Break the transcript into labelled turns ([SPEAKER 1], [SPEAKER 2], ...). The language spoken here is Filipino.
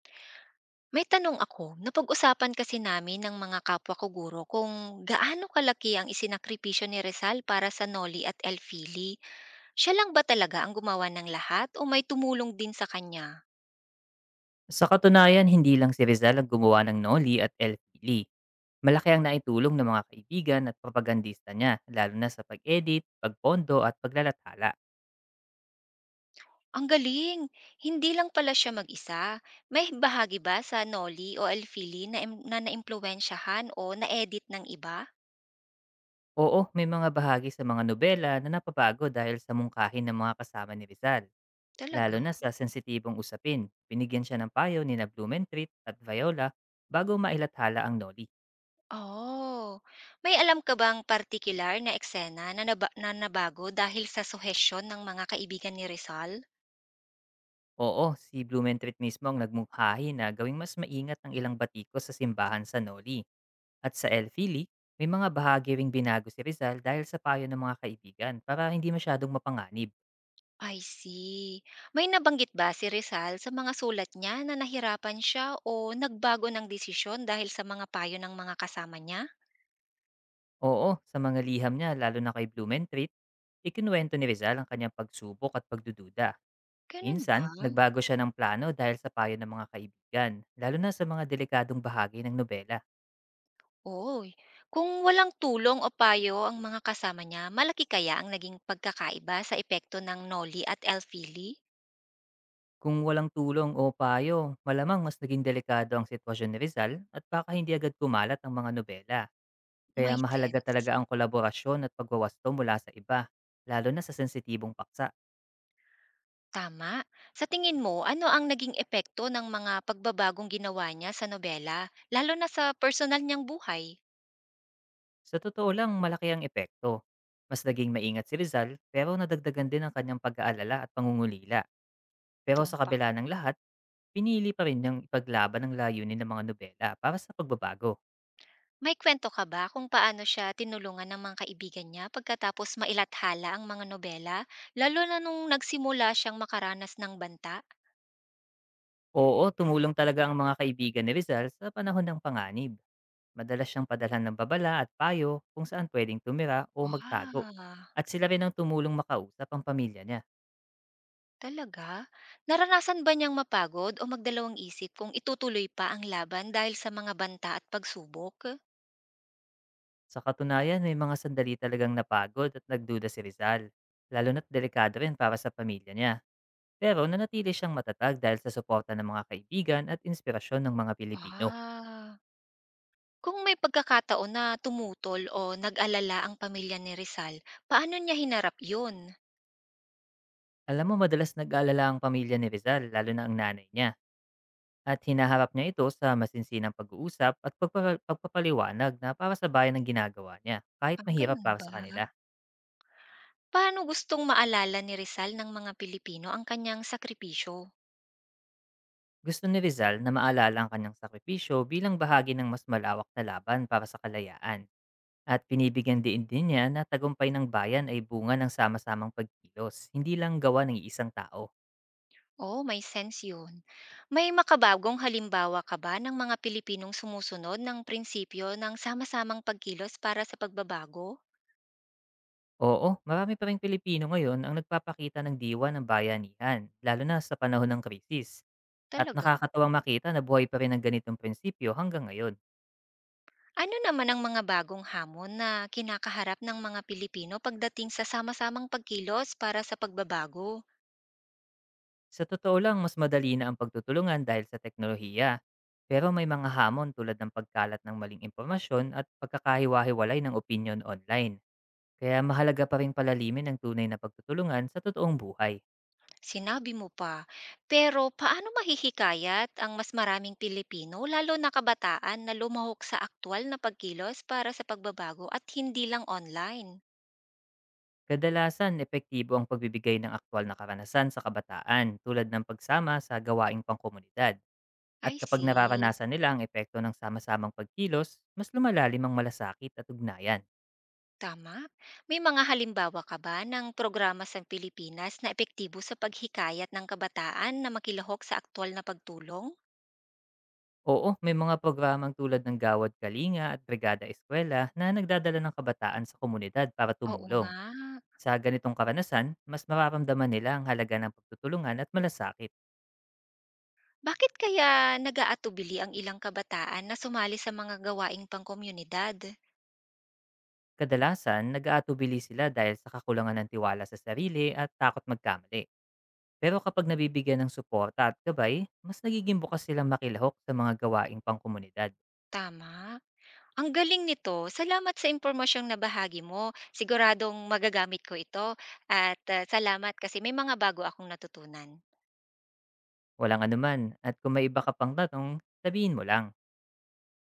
[SPEAKER 1] May tanong ako, napag-usapan kasi namin ng mga kapwa ko guro kung gaano kalaki ang isinakripisyo ni Rizal para sa Noli at El Fili. Siya lang ba talaga ang gumawa ng lahat o may tumulong din sa kanya?
[SPEAKER 2] Sa katunayan, hindi lang si Rizal ang gumawa ng Noli at El Fili. Malaki ang naitulong ng mga kaibigan at propagandista niya, lalo na sa pag-edit, pagpondo at paglalathala.
[SPEAKER 1] Ang galing! Hindi lang pala siya mag-isa. May bahagi ba sa Noli o El Fili na, na naimpluwensyahan o na-edit ng iba?
[SPEAKER 2] Oo, may mga bahagi sa mga nobela na napabago dahil sa mungkahin ng mga kasama ni Rizal,
[SPEAKER 1] Talaga?
[SPEAKER 2] lalo na sa sensitibong usapin. Binigyan siya ng payo ni Blumentritt at Viola bago mailathala ang Noli.
[SPEAKER 1] Oh, may alam ka bang particular na eksena na, na nabago dahil sa suhesyon ng mga kaibigan ni Rizal?
[SPEAKER 2] Oo, si Blumentritt mismo ang nagmungkahi na gawing mas maingat ang ilang batiko sa simbahan sa Noli. At sa El Fili, may mga bahagi ring binago si Rizal dahil sa payo ng mga kaibigan para hindi masyadong mapanganib.
[SPEAKER 1] I see. May nabanggit ba si Rizal sa mga sulat niya na nahirapan siya o nagbago ng desisyon dahil sa mga payo ng mga kasama niya?
[SPEAKER 2] Oo, sa mga liham niya lalo na kay Blumentritt, ikinuwento ni Rizal ang kanyang pagsubok at pagdududa.
[SPEAKER 1] Ganun ba?
[SPEAKER 2] Minsan, nagbago siya ng plano dahil sa payo ng mga kaibigan, lalo na sa mga delikadong bahagi ng nobela.
[SPEAKER 1] Oy, kung walang tulong o payo ang mga kasama niya, malaki kaya ang naging pagkakaiba sa epekto ng Noli at Elfili?
[SPEAKER 2] Kung walang tulong o payo, malamang mas naging delikado ang sitwasyon ni Rizal at baka hindi agad kumalat ang mga nobela. Kaya
[SPEAKER 1] May
[SPEAKER 2] mahalaga
[SPEAKER 1] sense.
[SPEAKER 2] talaga ang kolaborasyon at pagwawasto mula sa iba, lalo na sa sensitibong paksa.
[SPEAKER 1] Tama. Sa tingin mo, ano ang naging epekto ng mga pagbabagong ginawa niya sa nobela, lalo na sa personal niyang buhay?
[SPEAKER 2] Sa totoo lang, malaki ang epekto. Mas naging maingat si Rizal, pero nadagdagan din ang kanyang pag-aalala at pangungulila. Pero sa
[SPEAKER 1] Tumpak.
[SPEAKER 2] kabila ng lahat, pinili pa rin niyang ipaglaban ang layunin ng mga nobela para sa pagbabago.
[SPEAKER 1] May kwento ka ba kung paano siya tinulungan ng mga kaibigan niya pagkatapos mailathala ang mga nobela, lalo na nung nagsimula siyang makaranas ng banta?
[SPEAKER 2] Oo, tumulong talaga ang mga kaibigan ni Rizal sa panahon ng panganib. Madalas siyang padalhan ng babala at payo kung saan pwedeng tumira o magtago.
[SPEAKER 1] Ah,
[SPEAKER 2] At sila rin ang tumulong makausap ang pamilya niya.
[SPEAKER 1] talaga? Naranasan ba niyang mapagod o magdalawang isip kung itutuloy pa ang laban dahil sa mga banta at pagsubok?
[SPEAKER 2] Sa katunayan, may mga sandali talagang napagod at nagduda si Rizal, lalo na't delikado rin para sa pamilya niya. Pero nanatili siyang matatag dahil sa suporta ng mga kaibigan at inspirasyon ng mga Pilipino.
[SPEAKER 1] Ah, kung may pagkakataon na tumutol o nag-alala ang pamilya ni Rizal, paano niya hinarap yun?
[SPEAKER 2] Alam mo, madalas nag-aalala ang pamilya ni Rizal, lalo na ang nanay niya. At hinaharap niya ito sa masinsinang pag-uusap at pagpapaliwanag na para sa bayan ang ginagawa niya, kahit
[SPEAKER 1] Ah,
[SPEAKER 2] mahirap
[SPEAKER 1] ganun
[SPEAKER 2] para
[SPEAKER 1] ba?
[SPEAKER 2] sa kanila.
[SPEAKER 1] Paano gustong maalala ni Rizal ng mga Pilipino ang kanyang sakripisyo?
[SPEAKER 2] Gusto ni Rizal na maalala ang kanyang sakripisyo bilang bahagi ng mas malawak na laban para sa kalayaan. At pinibigyan diin din niya na tagumpay ng bayan ay bunga ng sama-samang pagkilos, hindi lang gawa ng isang tao.
[SPEAKER 1] Oh, may sense 'yun. May makabagong halimbawa ka ba ng mga Pilipinong sumusunod ng prinsipyo ng sama-samang pagkilos para sa pagbabago?
[SPEAKER 2] Oo, marami pa ring Pilipino ngayon ang nagpapakita ng diwa ng bayanihan, lalo na sa panahon ng krisis. At
[SPEAKER 1] Talaga?
[SPEAKER 2] nakakatuwang makita na buhay pa rin ang ganitong prinsipyo hanggang ngayon.
[SPEAKER 1] Ano naman ang mga bagong hamon na kinakaharap ng mga Pilipino pagdating sa sama-samang pagkilos para sa pagbabago?
[SPEAKER 2] Sa totoo lang, mas madali na ang pagtutulungan dahil sa teknolohiya. Pero may mga hamon tulad ng pagkalat ng maling impormasyon at pagkakahiwa-hiwalay ng opinion online. Kaya mahalaga pa rin palalimin ang tunay na pagtutulungan sa totoong buhay.
[SPEAKER 1] Sinabi mo pa. Pero paano mahihikayat ang mas maraming Pilipino, lalo na kabataan, na lumahok sa aktwal na pagkilos para sa pagbabago at hindi lang online?
[SPEAKER 2] Kadalasan, epektibo ang pagbibigay ng aktwal na karanasan sa kabataan tulad ng pagsama sa gawaing pangkomunidad. At
[SPEAKER 1] I
[SPEAKER 2] kapag
[SPEAKER 1] see.
[SPEAKER 2] nararanasan nila ang epekto ng sama-samang pagkilos, mas lumalalim ang malasakit at ugnayan.
[SPEAKER 1] Tama. May mga halimbawa ka ba ng programa sa Pilipinas na epektibo sa paghikayat ng kabataan na makilahok sa aktwal na pagtulong?
[SPEAKER 2] Oo, may mga programang tulad ng Gawad Kalinga at Brigada Eskwela na nagdadala ng kabataan sa komunidad para
[SPEAKER 1] Oo
[SPEAKER 2] tumulong.
[SPEAKER 1] nga.
[SPEAKER 2] Sa ganitong karanasan, mas mararamdaman nila ang halaga ng pagtutulungan at malasakit.
[SPEAKER 1] Bakit kaya nag-aatubili ang ilang kabataan na sumali sa mga gawaing pangkomunidad?
[SPEAKER 2] Kadalasan, nag-aatubili sila dahil sa kakulangan ng tiwala sa sarili at takot magkamali. Pero kapag nabibigyan ng suporta at gabay, mas nagiging bukas silang makilahok sa mga gawaing pangkomunidad.
[SPEAKER 1] Tama. Ang galing nito. Salamat sa impormasyong nabahagi mo. Siguradong magagamit ko ito at, salamat kasi may mga bago akong natutunan.
[SPEAKER 2] Walang anuman, at kung may iba ka pang tanong, sabihin mo lang.